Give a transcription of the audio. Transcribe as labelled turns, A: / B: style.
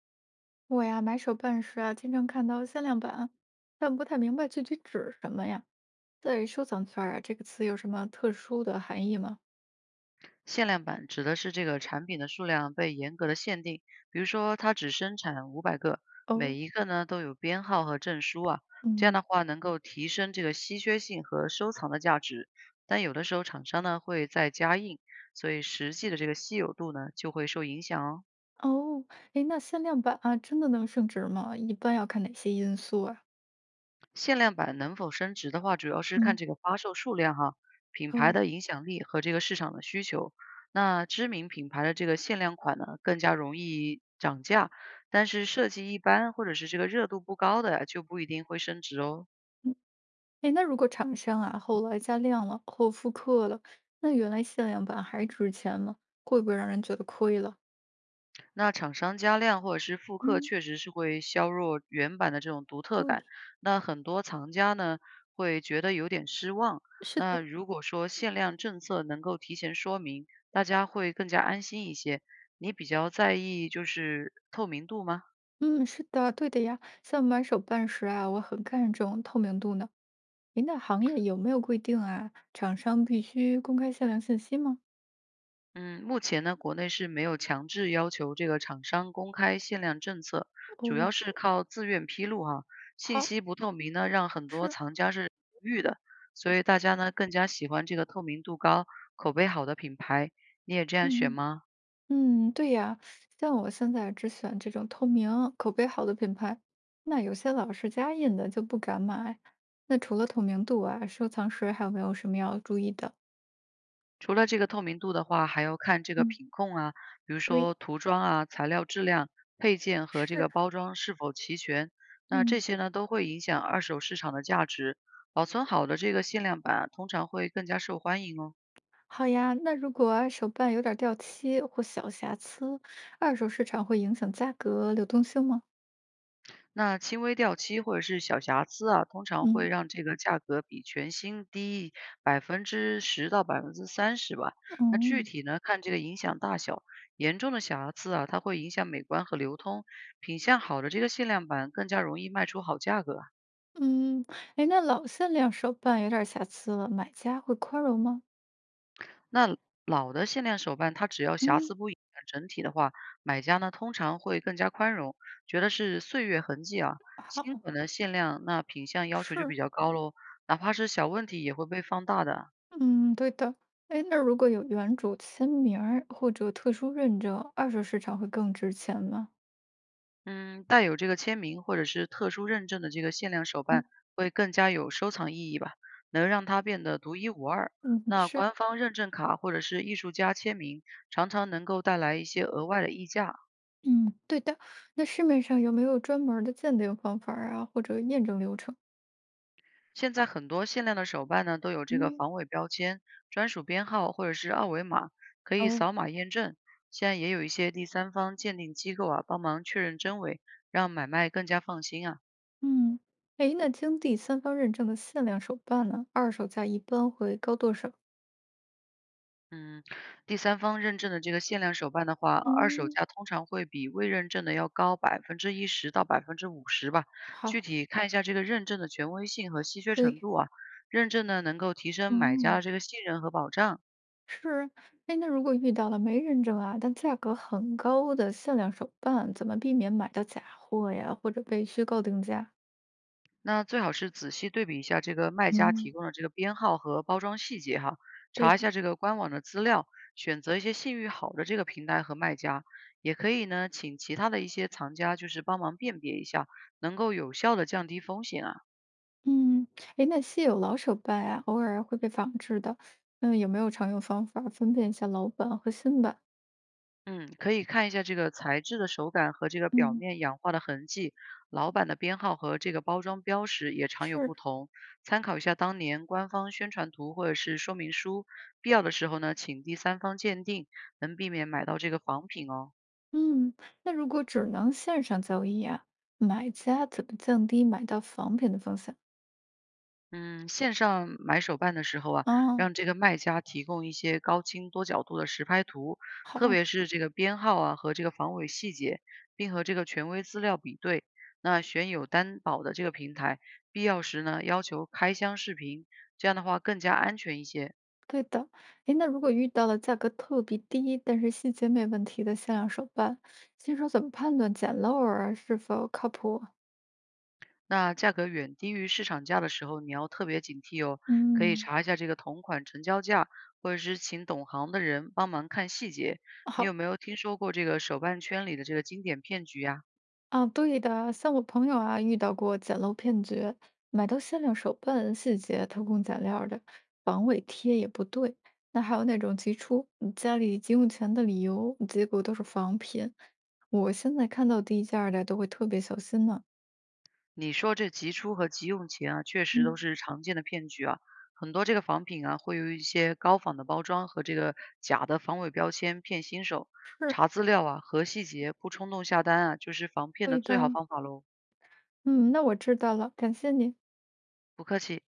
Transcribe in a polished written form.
A: 我呀，买手办时啊，经常看到限量版，但不太明白具体指什么呀。在收藏圈儿啊，这个词有什么特殊的含义吗？
B: 限量版指的是这个产品的数量被严格的限定，比如说它只生产500个，每
A: 哦。
B: 一个呢都有编号和证书啊，这样
A: 嗯。
B: 的话能够提升这个稀缺性和收藏的价值。但有的时候厂商呢会再加印，所以实际的这个稀有度呢就会受影响哦。
A: 哦。诶，那限量版啊，真的能升值吗？一般要看哪些因素啊？
B: 限量版能否升值的话，主要是看
A: 嗯。
B: 这个发售数量哈、品牌
A: 哦。
B: 的影响力和这个市场的需求。那知名品牌的这个限量款呢，更加容易涨价，但是设计一般或者是这个热度不高的呀，就不一定会升值哦。
A: 嗯。诶，那如果厂商啊后来加量了或复刻了，那原来限量版还值钱吗？会不会让人觉得亏了？
B: 那厂商加量或者是复刻，
A: 嗯。
B: 确实是会削弱原版的这种独特感。
A: 对，
B: 那很多藏家呢会觉得有点失望。
A: 是
B: 那
A: 的。
B: 如果说限量政策能够提前说明，大家会更加安心一些。你比较在意就是透明度吗？
A: 嗯，是的，对的呀。像买手办时啊，我很看重透明度呢。您的行业有没有规定啊？厂商必须公开限量信息吗？
B: 嗯，目前呢，国内是没有强制要求这个厂商公开限量政策，主
A: 哦。
B: 要是靠自愿披露哈。信
A: 好。
B: 息不透明呢，让很多
A: 是。
B: 藏家是犹豫的，所以大家呢更加喜欢这个透明度高、口碑好的品牌。你也这样选
A: 嗯
B: 吗？
A: 嗯，对呀，像我现在只选这种透明、口碑好的品牌，那有些老是加印的就不敢买。那除了透明度啊，收藏时还有没有什么要注意的？
B: 除了这个透明度的话，还要看这个
A: 嗯。
B: 品控啊，比如
A: 对。
B: 说涂装啊、材料质量、配件和这
A: 是。
B: 个包装是否齐全。那这
A: 嗯。
B: 些呢，都会影响二手市场的价值。保存好的这个限量版啊通常会更加受欢迎哦。
A: 好呀。那如果啊手办有点掉漆或小瑕疵，二手市场会影响价格流动性吗？
B: 那轻微掉漆或者是小瑕疵啊，通常会
A: 嗯。
B: 让这个价格比全新低10%到30%吧。
A: 哦。
B: 那具体呢，看这个影响大小，严重的瑕疵啊，它会影响美观和流通。品相好的这个限量版更加容易卖出好价格啊。
A: 嗯。哎，那老限量手办有点瑕疵了，买家会宽容吗？
B: 那老的限量手办，它只要瑕
A: 嗯。
B: 疵不影响整体的话，买家呢通常会更加宽容，觉得是岁月痕迹啊。新
A: 好。
B: 款的限量，那品相要求就比
A: 是。
B: 较高喽。哪怕是小问题也会被放大的啊。
A: 嗯，对的。哎，那如果有原主签名儿或者特殊认证，二手市场会更值钱吗？
B: 嗯，带有这个签名或者是特殊认证的这个限量手
A: 嗯
B: 办会更加有收藏意义吧，能让它变得独一无二。
A: 嗯，
B: 那
A: 是。
B: 官方认证卡或者是艺术家签名，常常能够带来一些额外的溢价。
A: 嗯，对的。那市面上有没有专门儿的鉴定方法儿啊，或者验证流程？
B: 现在很多限量的手办呢，都有这个
A: 嗯。
B: 防伪标签、专属编号或者是二维码，可以
A: 哦。
B: 扫码验证。现在也有一些第三方鉴定机构啊，帮忙确认真伪，让买卖更加放心啊。
A: 嗯。哎，那经第三方认证的限量手办呢，二手价一般会高多少？
B: 嗯，第三方认证的这个限量手办的话，二手
A: 嗯。
B: 价通常会比未认证的要高10%到50%吧。具
A: 好。
B: 体看一下这个认证的权威性和稀缺程
A: 对。
B: 度啊。认证呢能够提升买家
A: 哦。
B: 的这个信任和保障。
A: 是。哎，那如果遇到了没认证啊，但价格很高的限量手办，怎么避免买到假货呀，或者被虚构定价？
B: 那最好是仔细对比一下这个卖家
A: 嗯，
B: 提供的这个编号和包装细节哈，
A: 对
B: 查一
A: 的。
B: 下这个官网的资料，选择一些信誉好的这个平台和卖家。也可以呢，请其他的一些藏家就是帮忙辨别一下，能够有效的降低风险啊。
A: 嗯。哎，那稀有老手办啊，偶尔会被仿制的，嗯，有没有常用方法分辨一下老版和新版？
B: 嗯，可以看一下这个材质的手感和这个表
A: 嗯。
B: 面氧化的痕迹，老板的编号和这个包装标识也常有
A: 是。
B: 不同。参考一下当年官方宣传图或者是说明书，必要的时候呢，请第三方鉴定，能避免买到这个仿品哦。
A: 嗯。那如果只能线上交易啊，买家怎么降低买到仿品的风险？
B: 嗯，线上买手办的时候啊，
A: 啊。
B: 让这个卖家提供一些高清多角度的实拍图，特
A: 好。
B: 别是这个编号啊和这个防伪细节，并和这个权威资料比对。那选有担保的这个平台，必要时呢要求开箱视频，这样的话更加安全一些。
A: 对的。诶，那如果遇到了价格特别低，但是细节没问题的限量手办，新手怎么判断捡漏儿啊是否靠谱？
B: 那价格远低于市场价的时候，你要特别警惕哦。可以
A: 嗯。
B: 查一下这个同款成交价，或者是请懂行的人帮忙看细节。你有
A: 好
B: 没有听说过这个手办圈里的这个经典骗局呀？
A: 啊，对的，像我朋友啊遇到过捡漏骗局，买到限量手办，细节偷工减料的，防伪贴也不对。那还有那种急出家里急用钱的理由，结果都是仿品。我现在看到低价儿的都会特别小心呢。
B: 你说这急出和急用钱啊，确实都
A: 嗯，
B: 是常见的骗局啊。很多这个仿品啊，会有一些高仿的包装和这个假的防伪标签骗新手。
A: 是
B: 查资料啊，核细节，不冲动下单啊，就是防骗
A: 对
B: 的最好
A: 的。
B: 方法喽。
A: 嗯，那我知道了，感谢你。
B: 不客气。